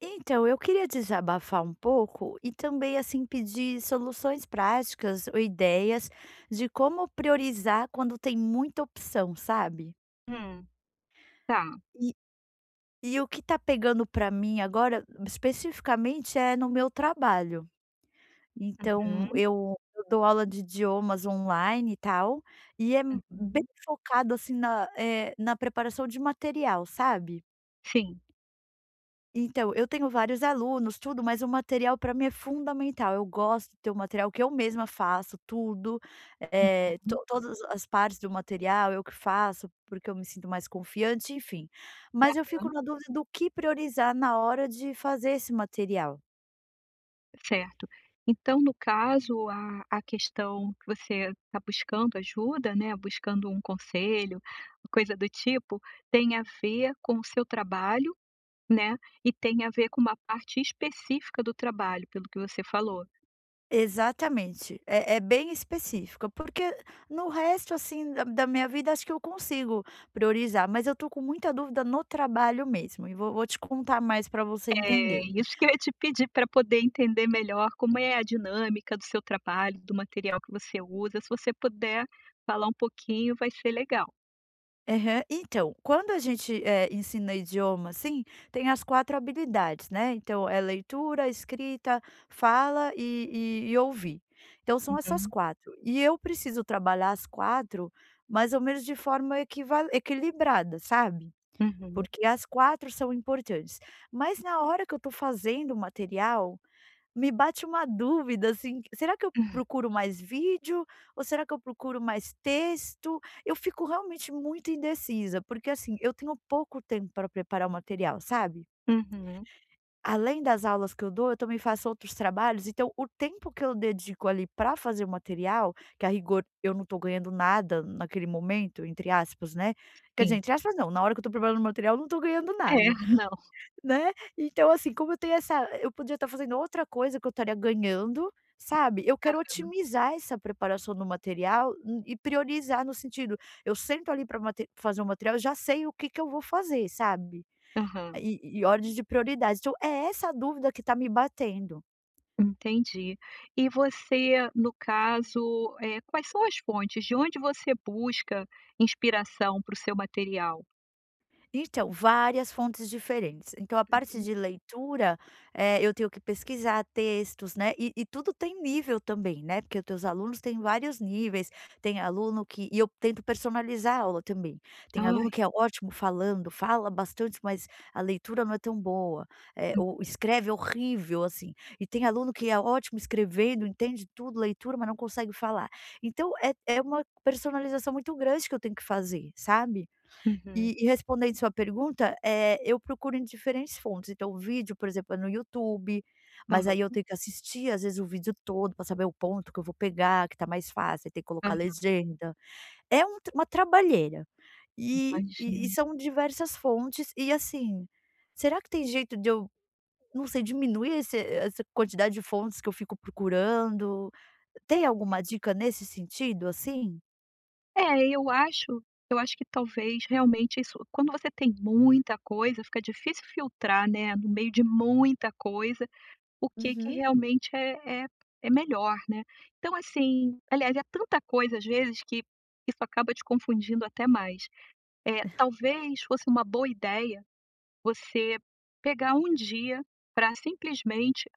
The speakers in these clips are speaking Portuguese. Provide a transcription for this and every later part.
Então, eu queria desabafar um pouco e também, assim, pedir soluções práticas ou ideias de como priorizar quando tem muita opção, sabe? Hum, tá. E, e o que tá pegando pra mim agora, especificamente, é no meu trabalho. Então, Uhum, eu dou aula de idiomas online e tal, e é bem uhum. focado, assim, na preparação de material, sabe? Sim. Então, eu tenho vários alunos, tudo, mas o material para mim é fundamental. Eu gosto de ter o material que eu mesma faço tudo, eh, Hum. to todas as partes do material eu que faço, porque eu me sinto mais confiante, enfim. Mas eu fico Aham, na dúvida do que priorizar na hora de fazer esse material. certo. Então, no caso, a questão que você está buscando ajuda, né, buscando um conselho, coisa do tipo, tem a ver com o seu trabalho, né, e tem a ver com uma parte específica do trabalho, pelo que você falou. Exatamente, é bem específica, porque no resto, assim, da minha vida acho que eu consigo priorizar, mas eu tô com muita dúvida no trabalho mesmo e vou te contar mais para você É entender. isso que eu ia te pedir para poder entender melhor como é a dinâmica do seu trabalho, do material que você usa. Se você puder falar um pouquinho, vai ser legal. Aham. Então, quando a gente, ensina idioma, assim, tem as 4 habilidades, né, então é leitura, escrita, fala e ouvir. Então são essas Uhum, quatro. E eu preciso trabalhar as 4 mais ou menos de forma equiva equilibrada, sabe, uhum, porque as 4 são importantes. Mas na hora que eu estou fazendo o material me bate uma dúvida, assim, será que eu procuro mais vídeo ou será que eu procuro mais texto? Eu fico realmente muito indecisa, porque, assim, eu tenho pouco tempo para preparar o material, sabe. uhum, Além das aulas que eu dou, eu também faço outros trabalhos, então o tempo que eu dedico ali para fazer o material, que a rigor eu não estou ganhando nada naquele momento, entre aspas, né. Quer sim. dizer, entre aspas não, na hora que eu estou preparando o material eu não estou ganhando É, nada. não. Né, então assim, como eu tenho essa eu podia estar fazendo outra coisa que eu estaria ganhando, sabe, eu quero Aham, otimizar essa preparação do material e priorizar no sentido, eu sento ali para fazer o material, eu já sei o que que eu vou fazer, sabe, aham, e ordem de prioridade. Então é essa a dúvida que está me batendo. entendi. E você, no caso, quais são as fontes? De onde você busca inspiração para o seu material? Então, várias fontes diferentes. Então, a parte Uhum. de leitura, eu tenho que pesquisar textos, né, e tudo tem nível também, né, porque os teus alunos têm vários níveis, tem aluno que e eu tento personalizar a aula também. Tem Ai, aluno que é ótimo falando, fala bastante, mas a leitura não é tão boa, ou escreve horrível, assim. E tem aluno que é ótimo escrevendo, entende tudo, leitura, mas não consegue falar. Então é uma personalização muito grande que eu tenho que fazer, sabe? uhum, E respondendo sua pergunta, eu procuro em diferentes fontes, então o vídeo, por exemplo, é no YouTube, mas aham, aí eu tenho que assistir, às vezes, o vídeo todo para saber o ponto que eu vou pegar, que tá mais fácil, aí tem que colocar aham, legenda. É uma trabalheira. E e imagino. e são diversas fontes e, assim, será que tem jeito de eu, não sei, diminuir esse essa quantidade de fontes que eu fico procurando? Tem alguma dica nesse sentido, assim? É, eu acho que talvez realmente isso, quando você tem muita coisa, fica difícil filtrar, né, no meio de muita coisa. O que que Uhum, realmente é melhor, né. Então, assim, aliás, é tanta coisa às vezes, que isso acaba te confundindo até mais. É, talvez fosse uma boa ideia você pegar um dia para simplesmente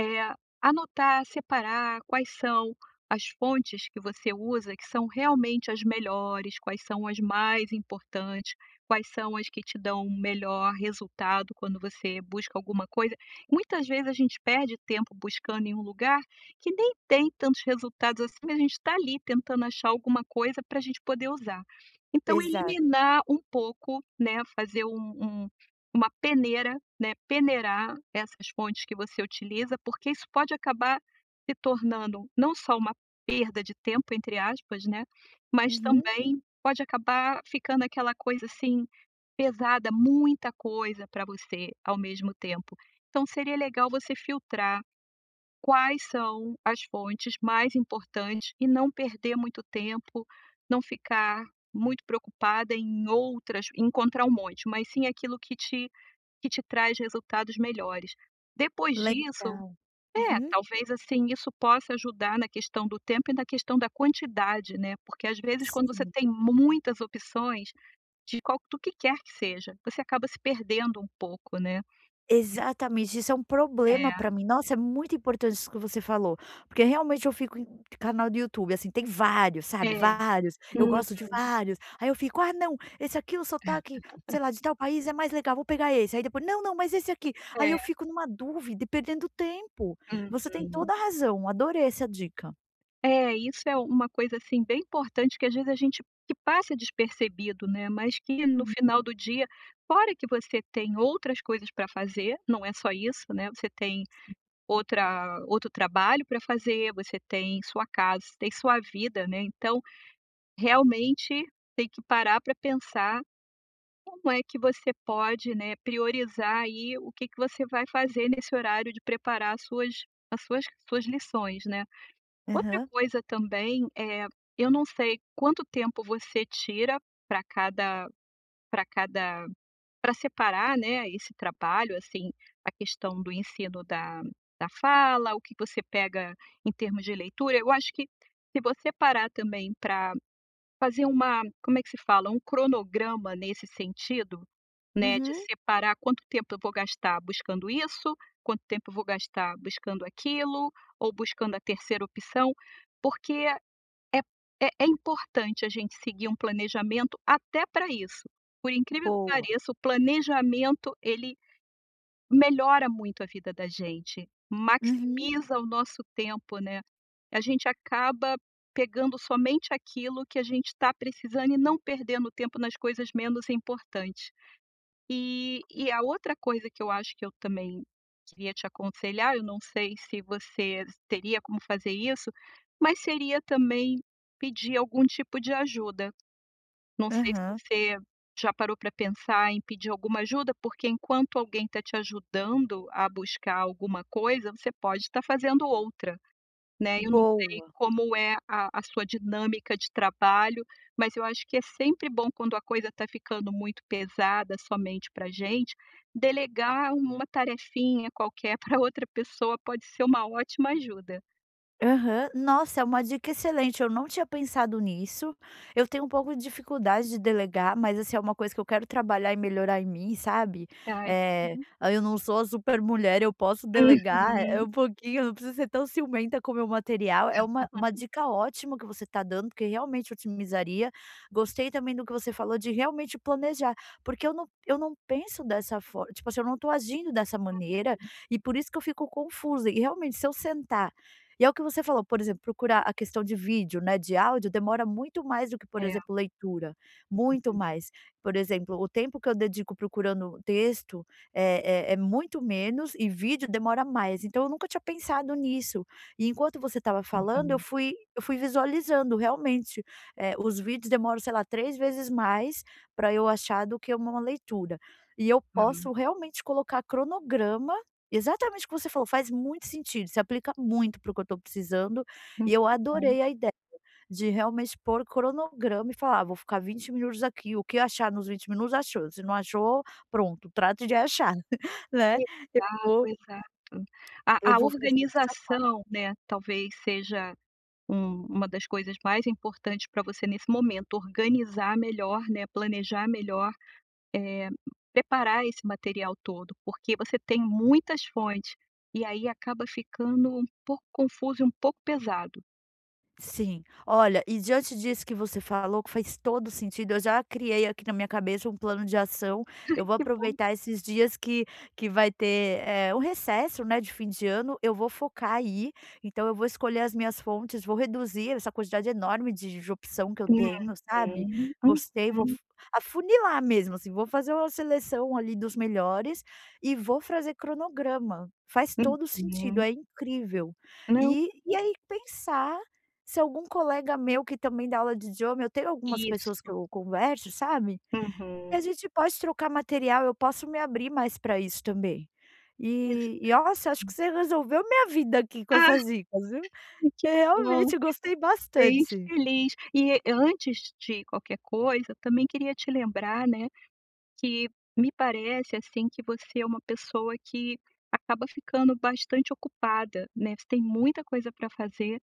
é, anotar, separar quais são as fontes que você usa que são realmente as melhores, quais são as mais importantes, quais são as que te dão o melhor resultado quando você busca alguma coisa. Muitas vezes a gente perde tempo buscando em um lugar que nem tem tantos resultados assim, mas a gente está ali tentando achar alguma coisa para a gente poder usar. Então, exato. eliminar um pouco, né, fazer uma peneira, né, peneirar essas fontes que você utiliza, porque isso pode acabar se tornando não só uma "perda de tempo", entre aspas, né, mas Uhum, também pode acabar ficando aquela coisa, assim, pesada, muita coisa para você ao mesmo tempo. Então, seria legal você filtrar quais são as fontes mais importantes e não perder muito tempo, não ficar muito preocupada em outras, em encontrar um monte, mas sim aquilo que te traz resultados melhores. Depois disso legal. Uhum. talvez, assim, isso possa ajudar na questão do tempo e na questão da quantidade, né, porque às vezes, quando você Sim, tem muitas opções de qual, do que quer que seja, você acaba se perdendo um pouco, né. E no exatamente, isso é um problema É, pra mim. Nossa, é muito importante isso que você falou, porque realmente eu fico em canal do YouTube, assim, tem vários, sabe, é. vários, eu Hum, gosto de vários, aí eu fico: "Ah não, esse aqui o sotaque, sei lá, de tal país é mais legal, vou pegar esse", aí depois: "Não, não, mas esse aqui", aí é. eu fico numa dúvida e perdendo tempo. Você tem Uhum. toda a razão, adorei essa dica. É, isso é uma coisa, assim, bem importante, que às vezes a gente que passa despercebido, né, mas que, no Uhum. final do dia, fora que você tem outras coisas para fazer, não é só isso, né, você tem outra outro trabalho para fazer, você tem sua casa, você tem sua vida, né, então realmente tem que parar para pensar como é que você pode, né, priorizar aí o que que você vai fazer nesse horário de preparar as suas lições, né. Outra Aham. coisa também, eu não sei quanto tempo você tira para cada para cada para separar, né, esse trabalho, assim, a questão do ensino da fala, o que você pega em termos de leitura. Eu acho que, se você parar também para fazer uma, como é que se fala, um cronograma nesse sentido, né, de Uhum. separar quanto tempo eu vou gastar buscando isso, quanto tempo eu vou gastar buscando aquilo, ou buscando a terceira opção, porque é é importante a gente seguir um planejamento até para isso. Por incrível que Boa. pareça, o planejamento, ele melhora muito a vida da gente, Uhum. maximiza o nosso tempo, né. A gente acaba pegando somente aquilo que a gente está precisando e não perdendo tempo nas coisas menos importantes. E a outra coisa que eu acho, que eu também queria te aconselhar, eu não sei se você teria como fazer isso, mas seria também pedir algum tipo de ajuda. Não sei se Aham. você já parou para pensar em pedir alguma ajuda, porque, enquanto alguém está te ajudando a buscar alguma coisa, você pode estar fazendo outra. Né, eu não sei Boa. como é a sua dinâmica de trabalho, mas eu acho que é sempre bom, quando a coisa está ficando muito pesada somente pra gente, delegar uma tarefinha qualquer para outra pessoa. Pode ser uma ótima ajuda. Aham. Nossa, é uma dica excelente, eu não tinha pensado nisso. Eu tenho um pouco de dificuldade de delegar, mas, assim, é uma coisa que eu quero trabalhar e melhorar em mim, sabe. Ai, uhum. Ah, eu não sou a supermulher, eu posso delegar, é Uhum. um pouquinho, eu não preciso ser tão ciumenta com o meu material. É uma dica ótima que você está dando, porque realmente otimizaria. Gostei também do que você falou de realmente planejar, porque eu não penso dessa forma. Tipo assim, eu não estou agindo dessa maneira, e por isso que eu fico confusa. E realmente, se eu sentar e é o que você falou, por exemplo, procurar a questão de vídeo, né, de áudio, demora muito mais do que, por É. exemplo, leitura, muito mais. Por exemplo, o tempo que eu dedico procurando texto é é muito menos e vídeo demora mais, então eu nunca tinha pensado nisso. E enquanto você estava falando, eu Uhum. fui eu fui visualizando realmente, os vídeos demoram, sei lá, 3 vezes mais para eu achar do que uma leitura. E eu Ah, posso realmente colocar cronograma. Exatamente o que você falou, faz muito sentido, se aplica muito para o que eu estou precisando, e eu que bom. adorei a ideia de realmente pôr cronograma e falar: "Ah, "Vou ficar 20 minutos aqui, o que achar nos 20 minutos, achou, se não achou, pronto, trate de achar", né. Eu Exato, vou exato. A eu a vou fazer dessa. organização, né, talvez seja uma das coisas mais importantes para você nesse momento. Organizar melhor, né, planejar melhor, eh, preparar esse material todo, porque você tem muitas fontes, e aí acaba ficando um pouco confuso e um pouco pesado. Sim. Olha, e diante disso que você falou, que faz todo sentido, eu já criei aqui na minha cabeça um plano de ação. Ai, Eu vou que bom. aproveitar esses dias que vai ter, um recesso, né, de fim de ano, eu vou focar aí. Então eu vou escolher as minhas fontes, vou reduzir essa quantidade enorme de opção que eu Uhum, tenho, sabe. Gostei, vou uhum, f afunilar mesmo, assim, vou fazer uma seleção ali dos melhores e vou fazer cronograma. Faz todo sentido, uhum. é incrível. Não, E aí pensar se algum colega meu que também dá aula de idioma eu tenho algumas pessoas isso. que eu converso, sabe, e Uhum. a gente pode trocar material, eu posso me abrir mais para isso também. E Exa nossa, acho que você resolveu minha vida aqui com Ah, essas dicas, viu. que Eu bom, realmente fico gostei bem bastante. feliz. E antes de qualquer coisa, também queria te lembrar, né, que me parece, assim, que você é uma pessoa que acaba ficando bastante ocupada, né, você tem muita coisa para fazer.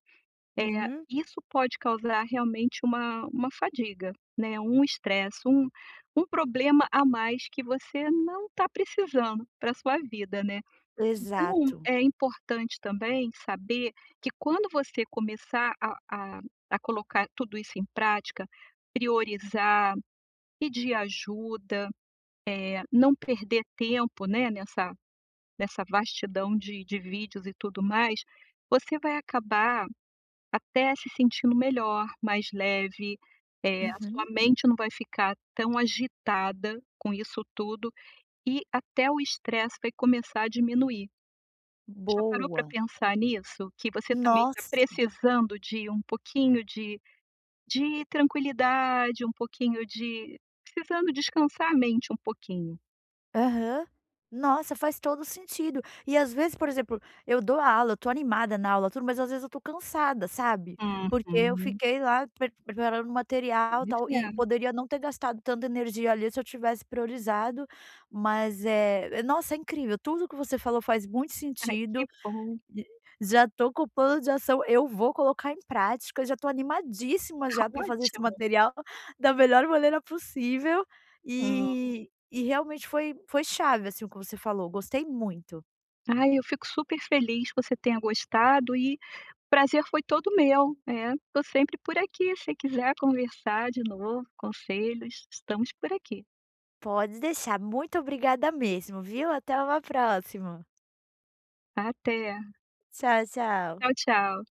É Uhum. isso pode causar realmente uma fadiga, né, um estresse, um problema a mais, que você não está precisando para sua vida, né. Então, Exato. é importante também saber que, quando você começar a colocar tudo isso em prática, priorizar, pedir ajuda, não perder tempo, né, nessa, vastidão de vídeos e tudo mais, você vai acabar até se sentindo melhor, mais leve, a sua Uhum. mente não vai ficar tão agitada com isso tudo, e até o estresse vai começar a diminuir. Já parou para Boa. pensar nisso? Que você também está Nossa. precisando de um pouquinho de tranquilidade, um pouquinho de, precisando descansar a mente um pouquinho. Aham. Nossa, faz todo sentido. E às vezes, por exemplo, eu dou aula, eu tô animada na aula, tudo, mas às vezes eu tô cansada, sabe. Porque eu Uhum, fiquei lá preparando pois material, e tal, e é. poderia não ter gastado tanta energia ali se eu tivesse priorizado, mas, nossa, é incrível, tudo que você falou faz muito Ai, que sentido. bom, Já tô com o plano de ação, eu vou colocar em prática, já tô animadíssima tá já para fazer esse ótimo. material da melhor maneira possível, Hum. e realmente foi chave, assim, o que você falou, gostei muito. Ai, eu fico super feliz que você tenha gostado. E prazer foi todo meu, é. Tô sempre por aqui, se quiser conversar de novo, conselhos, estamos por aqui. Pode deixar, muito obrigada mesmo, viu. Até uma próxima. Até. Tchau, tchau. Tchau, tchau.